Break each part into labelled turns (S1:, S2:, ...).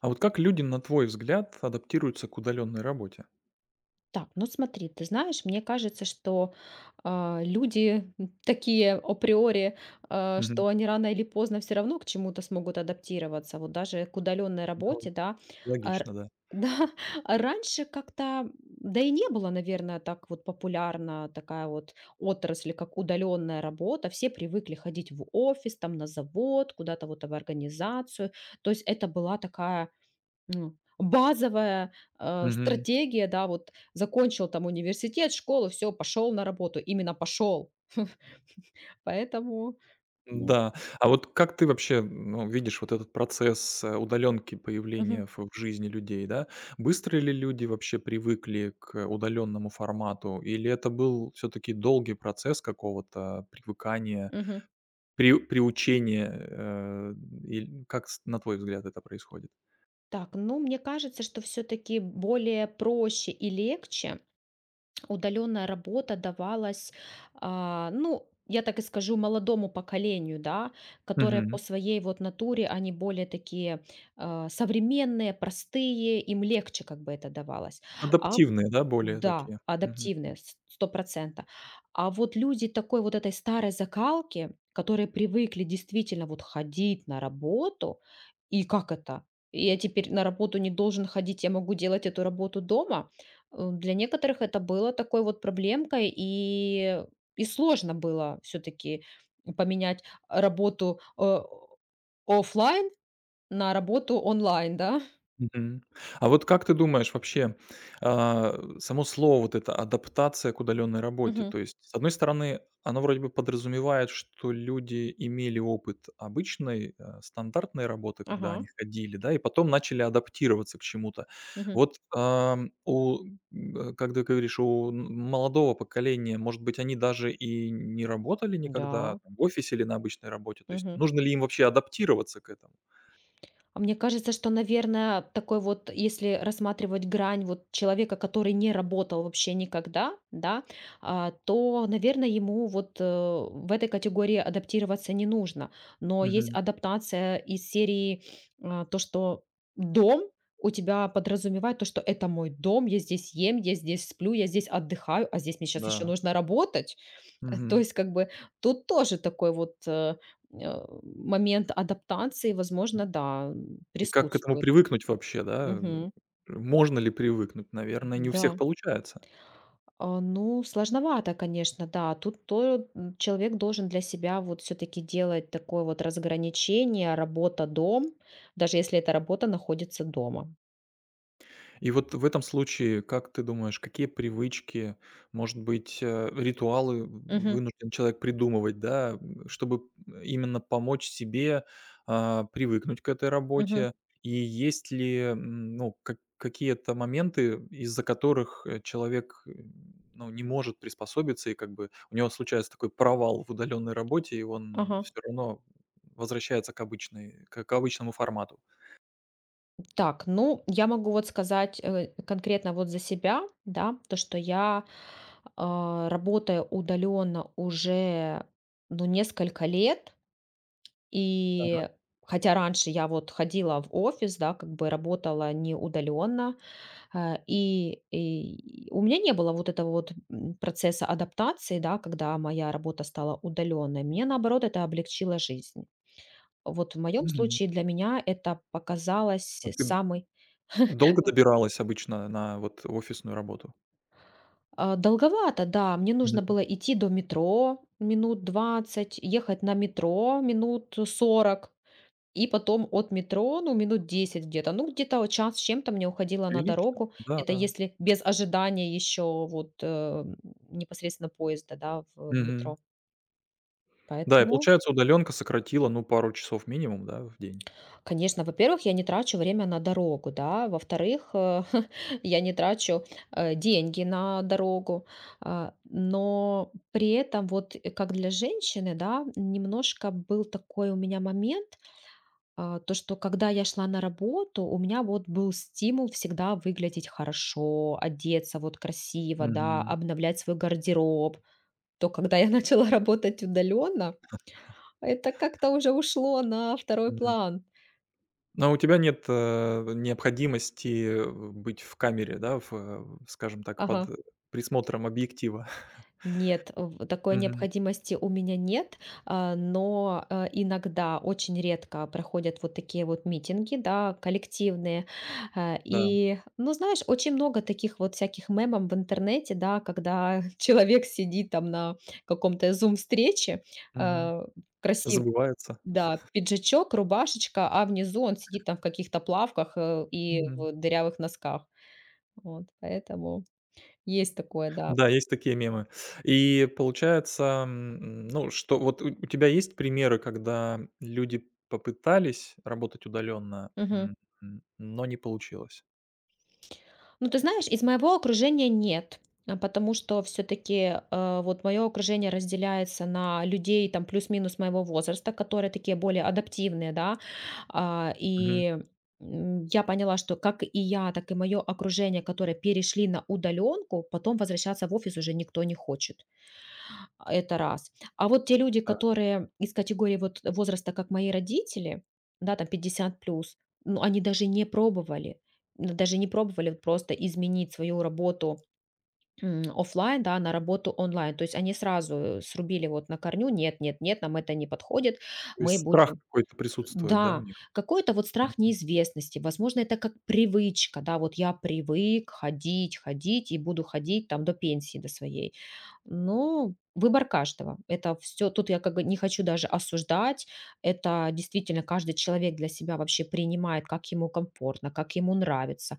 S1: А вот как люди, на твой взгляд, адаптируются к удаленной работе?
S2: Так, ну смотри, ты знаешь, мне кажется, что люди такие априори,
S1: Мгм.
S2: что они рано или поздно все равно к чему-то смогут адаптироваться, вот даже к удаленной
S1: Ну,
S2: работе, да. А р-
S1: логично, да.
S2: да, раньше как-то, да и не было, наверное, так вот популярна такая вот отрасль, как удаленная работа. Все привыкли ходить в офис, там на завод, куда-то вот в организацию. То есть это была такая, ну, базовая,
S1: Мгм.
S2: стратегия, да, вот закончил там университет, школу, все, пошел на работу. Именно пошел. Поэтому, м,
S1: Да. А вот как ты вообще, ну, видишь вот этот процесс, удаленки, появления
S2: мгм,
S1: в жизни людей, да? Быстро ли люди вообще привыкли к удаленному формату, или это был все таки долгий процесс какого-то привыкания,
S2: мгм.
S1: приучения, иль как, с на твой взгляд, это происходит?
S2: Так, ну, мне кажется, что все таки более проще и легче удаленная работа давалась, ну, я так и скажу, молодому поколению, да, которое
S1: Мгм.
S2: по своей вот натуре, они более такие, современные, простые, им легче как бы это давалось. А
S1: Адаптивные, да, более
S2: Да,
S1: такие?
S2: адаптивные, с 100%. А вот люди такой вот этой старой закалки, которые привыкли действительно вот ходить на работу, и как это? Я теперь на работу не должен ходить, я могу делать эту работу дома. Для некоторых это было такой вот проблемкой, и сложно было все-таки поменять работу оффлайн на работу онлайн, да?
S1: Мгм. А вот как ты думаешь вообще, само слово вот это адаптация к удаленной работе?
S2: Мгм.
S1: То есть, с одной стороны, оно вроде бы подразумевает, что люди имели опыт обычной, стандартной работы, когда они
S2: Ага.
S1: ходили, да, и потом начали адаптироваться к чему-то.
S2: Мгм.
S1: Вот, ам, у, м, э, как ты говоришь, у молодого поколения, может быть, они даже и не работали никогда
S2: Да.
S1: там в офисе или на обычной работе. То есть,
S2: Мгм.
S1: нужно ли им вообще адаптироваться к этому?
S2: Мне кажется, что, наверное, такой вот, если рассматривать грань вот человека, который не работал вообще никогда, да, то, наверное, ему вот в этой категории адаптироваться не нужно. Но есть
S1: Мгм.
S2: адаптация из серии, то, что дом у тебя подразумевает то, что это мой дом, я здесь ем, я здесь сплю, я здесь отдыхаю, а здесь мне сейчас еще
S1: Да.
S2: нужно работать. То
S1: Мгм.
S2: есть как бы тут тоже такой вот момент адаптации, возможно, да,
S1: И как к этому
S2: присутствует.
S1: привыкнуть вообще, да?
S2: Мгм.
S1: Можно ли привыкнуть? Наверное, не у всех
S2: Да.
S1: получается.
S2: Ну, сложновато, конечно, да. Тут то, человек должен для себя вот все-таки делать такое вот разграничение работа-дом, даже если эта работа находится дома.
S1: И вот в этом случае, как ты думаешь, какие привычки, может быть, ритуалы
S2: Мгм.
S1: вынужден человек придумывать, да, чтобы именно помочь себе, привыкнуть к этой
S2: Мгм.
S1: работе? И есть ли, ну, как какие-то моменты, из-за которых, человек, ну, не может приспособиться, и как бы у него случается такой провал в удаленной работе, и он
S2: Ага.
S1: все равно возвращается к обычной к к обычному формату?
S2: Так, ну, я могу вот сказать, конкретно вот за себя, да, то, что я работаю удаленно уже, ну, несколько лет.
S1: Так.
S2: И хотя раньше я вот ходила в офис, да, как бы работала не удаленно, и у меня не было вот этого вот процесса адаптации, да, когда моя работа стала удаленной. Мне, наоборот, это облегчило жизнь. Вот в моем
S1: Мгм.
S2: случае для меня это показалось
S1: Вот ты
S2: самый.
S1: Долго добиралась обычно на вот офисную работу?
S2: Долговато, да. Мне нужно
S1: Мгм.
S2: было идти до метро минут 20, ехать на метро минут 40 и потом от метро, ну, минут 10 где-то. Ну, где-то вот час с чем-то мне уходило на
S1: Прилично.
S2: дорогу.
S1: Да,
S2: Это
S1: да.
S2: если без ожидания еще вот непосредственно поезда, да, в
S1: Мгм.
S2: метро.
S1: Да, и
S2: Поэтому,
S1: получается, удаленка сократила, ну, пару часов минимум, да, в день.
S2: конечно, во-первых, я не трачу время на дорогу, да, во-вторых, я не трачу деньги на дорогу, но при этом вот как для женщины, да, немножко был такой у меня момент, то, что когда я шла на работу, у меня вот был стимул всегда выглядеть хорошо, одеться вот красиво, да,
S1: Мгм.
S2: обновлять свой гардероб, то когда я начала работать удаленно, это как-то уже ушло на второй
S1: Мгм.
S2: план.
S1: Но у тебя нет, необходимости быть в камере, да, скажем так, под
S2: Ага.
S1: присмотром объектива.
S2: Нет, в такой
S1: Мгм.
S2: необходимости у меня нет, но иногда, очень редко проходят вот такие вот митинги, да, коллективные.
S1: Да.
S2: И, ну, знаешь, очень много таких вот всяких мемов в интернете, да, когда человек сидит там на каком-то Zoom-встрече,
S1: Мгм.
S2: а, красиво,
S1: Забывается.
S2: да, пиджачок, рубашечка, а внизу он сидит там в каких-то плавках и
S1: Мгм.
S2: в дырявых носках. Вот, поэтому есть такое, да.
S1: Да, есть такие мемы. И получается, ну, что вот у тебя есть примеры, когда люди попытались работать удаленно,
S2: Мгм.
S1: но не получилось?
S2: Ну, ты знаешь, из моего окружения нет, потому что все-таки вот мое окружение разделяется на людей там плюс-минус моего возраста, которые такие более адаптивные, да. А,
S1: Мгм.
S2: и я поняла, что как и я, так и мое окружение, которые перешли на удаленку, потом возвращаться в офис уже никто не хочет. Это раз. А вот те люди,
S1: Да,
S2: которые из категории вот возраста, как мои родители, да, там 50 плюс, ну, они даже не пробовали, ну, даже не пробовали вот просто изменить свою работу офлайн, да, на работу онлайн. То есть они сразу срубили вот на корню, нет, нет, нет, нам это не подходит,
S1: то есть
S2: мы
S1: страх
S2: будем...
S1: какой-то присутствует, да, у
S2: Да,
S1: них?
S2: какой-то вот страх неизвестности, возможно, это как привычка, да, вот я привык ходить, ходить и буду ходить там до пенсии, до своей. Ну, выбор каждого. Это все, тут я как бы не хочу даже осуждать. Это действительно каждый человек для себя вообще принимает, как ему комфортно, как ему нравится.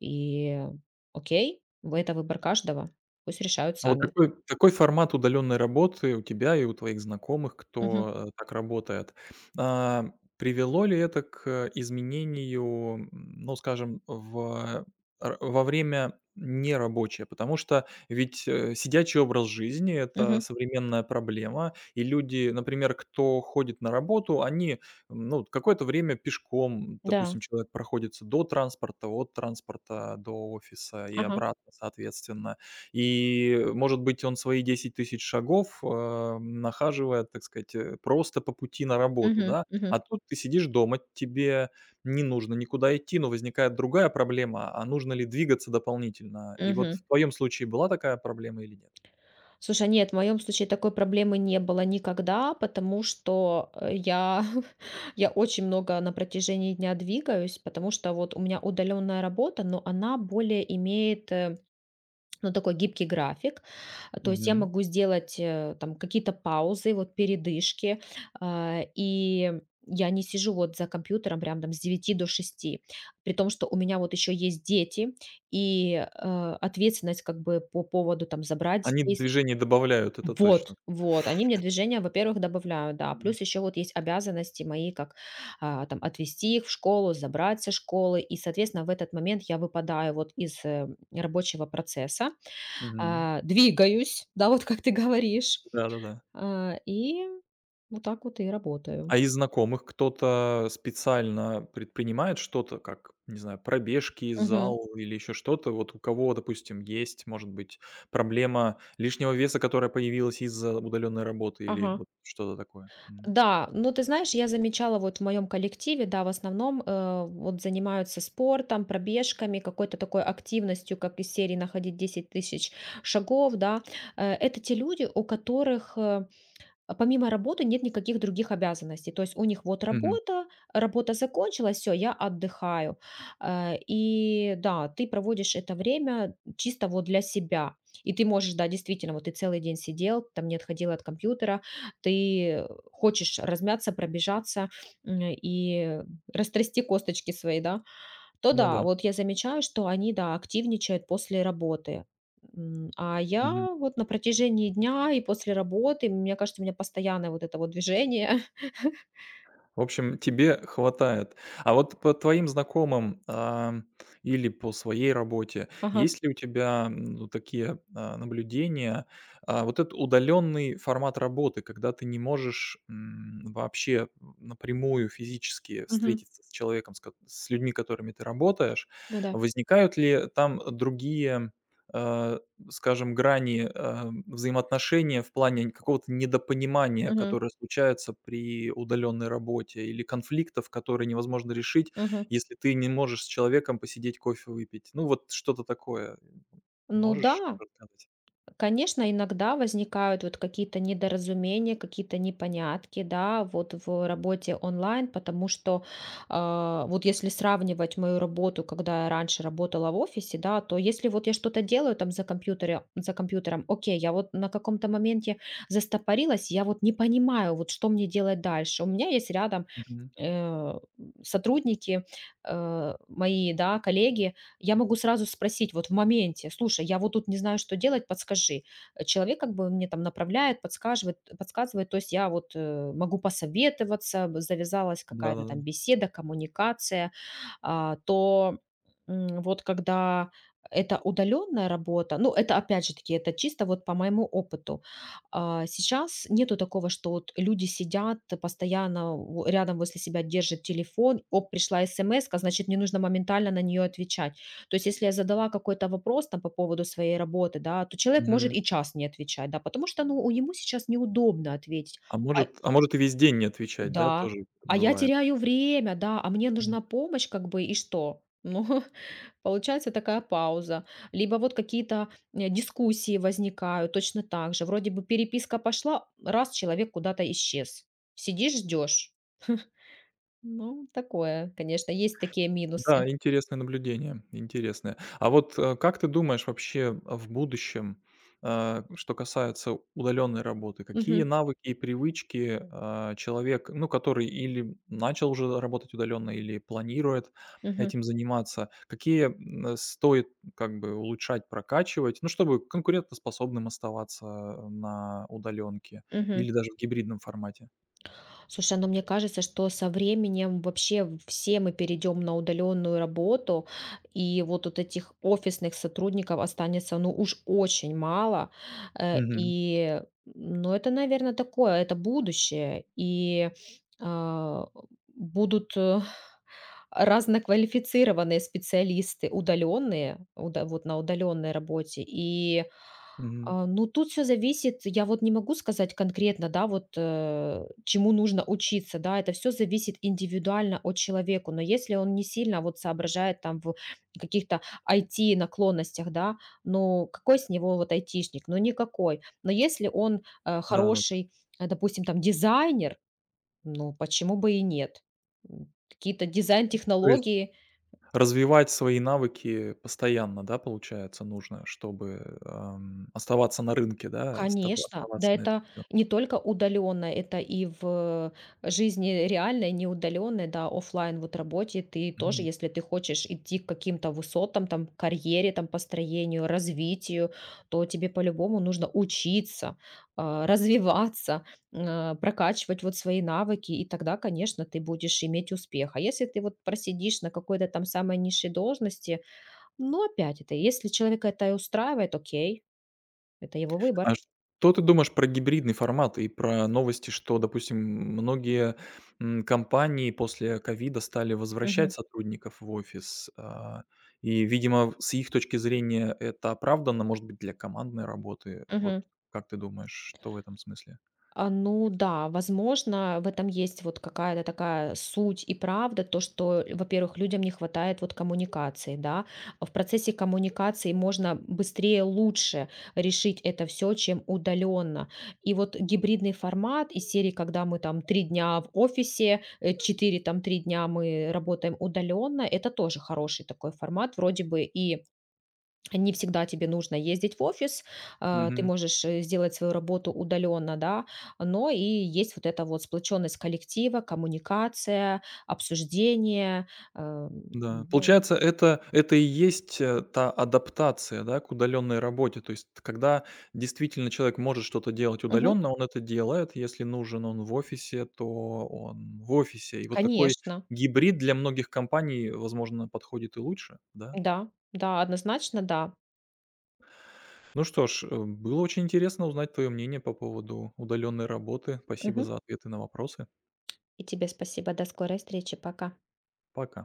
S2: И окей, в это выбор каждого. Пусть решают
S1: А вот
S2: сами.
S1: такой формат удаленной работы у тебя и у твоих знакомых,
S2: Мгм,
S1: кто, так работает, а, привело ли это к изменению, ну, скажем, в р во время нерабочее? Потому что ведь, сидячий образ жизни- это
S2: мгм,
S1: современная проблема, и люди, например, кто ходит на работу, они, ну, какое-то время пешком,
S2: да,
S1: допустим, человек проходится до транспорта, от транспорта до офиса и
S2: ага,
S1: обратно, соответственно. И, может быть, он свои 10 000 шагов, нахаживает, так сказать, просто по пути на работу,
S2: мгм,
S1: да.
S2: мгм,
S1: А тут ты сидишь дома, тебе не нужно никуда идти, но возникает другая проблема: а нужно ли двигаться дополнительно? И вот
S2: мгм.
S1: в твоем случае была такая проблема или нет?
S2: Слушай, нет, в моем случае такой проблемы не было никогда, потому что я, я очень много на протяжении дня двигаюсь, потому что вот у меня удаленная работа, но она более имеет ну, такой гибкий график. То есть я
S1: Мгм.
S2: могу сделать там какие-то паузы, вот передышки, а, и я не сижу вот за компьютером прям там с 9 до 6, при том, что у меня вот еще есть дети, и ответственность как бы по поводу там забрать
S1: Они
S2: детей.
S1: движение добавляют, это точно.
S2: Вот, вот, они мне движения, во-первых, добавляют, да.
S1: М,
S2: Плюс еще вот есть обязанности мои, как там отвезти их в школу, забрать со школы. И, соответственно, в этот момент я выпадаю вот из рабочего процесса,
S1: Мгм.
S2: двигаюсь, да, вот как ты говоришь,
S1: Да-да-да.
S2: и вот так вот и работаю.
S1: А из знакомых кто-то специально предпринимает что-то, как, не знаю, пробежки,
S2: Мгм.
S1: зал или еще что-то? Вот у кого, допустим, есть, может быть, проблема лишнего веса, которая появилась из-за удаленной работы или
S2: Ага.
S1: вот что-то такое? М.
S2: Да, ну ты знаешь, я замечала вот в моем коллективе, да, в основном вот занимаются спортом, пробежками, какой-то такой активностью, как из серии находить 10 000 шагов, да. Это те люди, у которых помимо работы нет никаких других обязанностей. То есть у них вот
S1: Мгм.
S2: работа, работа закончилась, все, я отдыхаю. И да, ты проводишь это время чисто вот для себя. И ты можешь, да, действительно, вот ты целый день сидел, там не отходил от компьютера, ты хочешь размяться, пробежаться и растрясти косточки свои, да, то
S1: Ну
S2: да,
S1: да.
S2: вот я замечаю, что они, да, активничают после работы. А я вот на протяжении дня и после работы, мне кажется, у меня постоянное вот это вот движение.
S1: В общем, тебе хватает. А вот по твоим знакомым, или по своей работе,
S2: Ага.
S1: есть ли у тебя, ну, такие, наблюдения? Вот этот удаленный формат работы, когда ты не можешь, вообще, напрямую физически
S2: Мгм.
S1: встретиться с человеком, с людьми, которыми ты работаешь.
S2: Ну да.
S1: Возникают ли там другие, э, скажем, грани, взаимоотношения в плане какого-то недопонимания,
S2: Мгм.
S1: которое случается при удаленной работе, или конфликтов, которые невозможно решить,
S2: Мгм.
S1: если ты не можешь с человеком посидеть, кофе выпить. Ну, вот что-то такое.
S2: Ну
S1: Можешь
S2: да,
S1: рассказать?
S2: конечно, иногда возникают вот какие-то недоразумения, какие-то непонятки, да, вот в работе онлайн, потому что вот если сравнивать мою работу, когда я раньше работала в офисе, да, то если вот я что-то делаю там за компьютером, окей, я вот на каком-то моменте застопорилась, я вот не понимаю, вот что мне делать дальше. У меня есть рядом
S1: Мгм.
S2: э, сотрудники, мои, да, коллеги, я могу сразу спросить вот в моменте, слушай, я вот тут не знаю, что делать, подскажи. Человек как бы мне там направляет, подсказывает, подсказывает, то есть я вот могу посоветоваться, завязалась какая-то
S1: Да-да-да.
S2: там беседа, коммуникация, а, то вот когда это удаленная работа, ну это опять же таки, это чисто вот по моему опыту, сейчас нету такого, что вот люди сидят постоянно в рядом возле себя держит телефон. Оп, пришла смска, значит, мне нужно моментально на нее отвечать. То есть, если я задала какой-то вопрос там по поводу своей работы, да, то человек может
S1: Мгм.
S2: и час не отвечать, да, потому что, ну, у ему сейчас неудобно ответить.
S1: А
S2: А
S1: может а может и весь день не отвечать, да,
S2: да,
S1: тоже
S2: а я
S1: бывает?
S2: теряю время, да, а мне нужна помощь, как бы, и что? Ну, получается такая пауза. Либо вот какие-то дискуссии возникают точно так же. Вроде бы переписка пошла, раз человек куда-то исчез. Сидишь, ждешь. Ну, такое, конечно, есть такие
S1: Да,
S2: минусы.
S1: интересное наблюдение, интересное. А вот, как ты думаешь, вообще, в будущем, что касается удаленной работы, какие
S2: Мгм,
S1: навыки и привычки, человек, ну, который или начал уже работать удаленно, или планирует
S2: мгм,
S1: этим заниматься, какие, стоит как бы улучшать, прокачивать, ну, чтобы конкурентоспособным оставаться на удаленке
S2: мгм.
S1: или даже в гибридном формате?
S2: Слушай, но мне кажется, что со временем вообще все мы перейдем на удаленную работу, и вот от этих офисных сотрудников останется, ну, уж очень мало.
S1: Мгм,
S2: И, ну, это, наверное, такое, это будущее. А, Будут разноквалифицированные специалисты, удаленные, вот на удаленной работе.
S1: мгм.
S2: Ну, тут все зависит. Я вот не могу сказать конкретно, да, вот чему нужно учиться, да. Это все зависит индивидуально от человеку. Но если он не сильно вот соображает там в каких-то IT-наклонностях, да, ну, какой с него вот айтишник? Ну, никакой. Но если он
S1: Да-да.
S2: хороший, допустим, там дизайнер, ну, почему бы и нет? Какие-то
S1: То есть
S2: дизайн-технологии.
S1: развивать свои навыки постоянно, да, получается, нужно, чтобы, оставаться на рынке, да,
S2: Конечно,
S1: оставаться
S2: да,
S1: на этом
S2: это
S1: рынке.
S2: не только удаленно, это и в жизни реальной, не удаленной, да, оффлайн вот работе ты тоже,
S1: Мгм.
S2: если ты хочешь идти к каким-то высотам, там, карьере, там, построению, развитию, то тебе по-любому нужно учиться, развиваться, прокачивать вот свои навыки, и тогда, конечно, ты будешь иметь успех. А если ты вот просидишь на какой-то там самой низшей должности, ну, опять это, если человека это и устраивает, окей, это его выбор.
S1: А что ты думаешь про гибридный формат и про новости, что, допустим, многие, компании после ковида стали возвращать
S2: Мгм.
S1: сотрудников в офис, и, видимо, с их точки зрения это оправдано, может быть, для командной работы. Вот
S2: Мгм.
S1: как ты думаешь, что в этом смысле?
S2: Ну да, возможно, в этом есть вот какая-то такая суть и правда, то, что, во-первых, людям не хватает вот коммуникации, да. В процессе коммуникации можно быстрее, лучше решить это все, чем удаленно. И вот гибридный формат из серии, когда мы там 3 дня в офисе, э, четыре там 3 дня мы работаем удаленно, это тоже хороший такой формат, вроде бы и не всегда тебе нужно ездить в офис, ты можешь сделать свою работу удаленно, да, но и есть вот эта вот сплоченность коллектива, коммуникация, обсуждение,
S1: Да,
S2: ну.
S1: получается, это и есть, та адаптация, да, к удаленной работе. То есть, когда действительно человек может что-то делать
S2: Мгм.
S1: удаленно, он это делает. Если нужен он в офисе, то он в офисе. И вот такой
S2: Конечно,
S1: гибрид для многих компаний, возможно, подходит и лучше, да?
S2: да, да, однозначно, да.
S1: Ну что ж, было очень интересно узнать твое мнение по поводу удаленной работы. Спасибо
S2: Мгм.
S1: за ответы на вопросы.
S2: И тебе спасибо. До скорой встречи. Пока.
S1: Пока.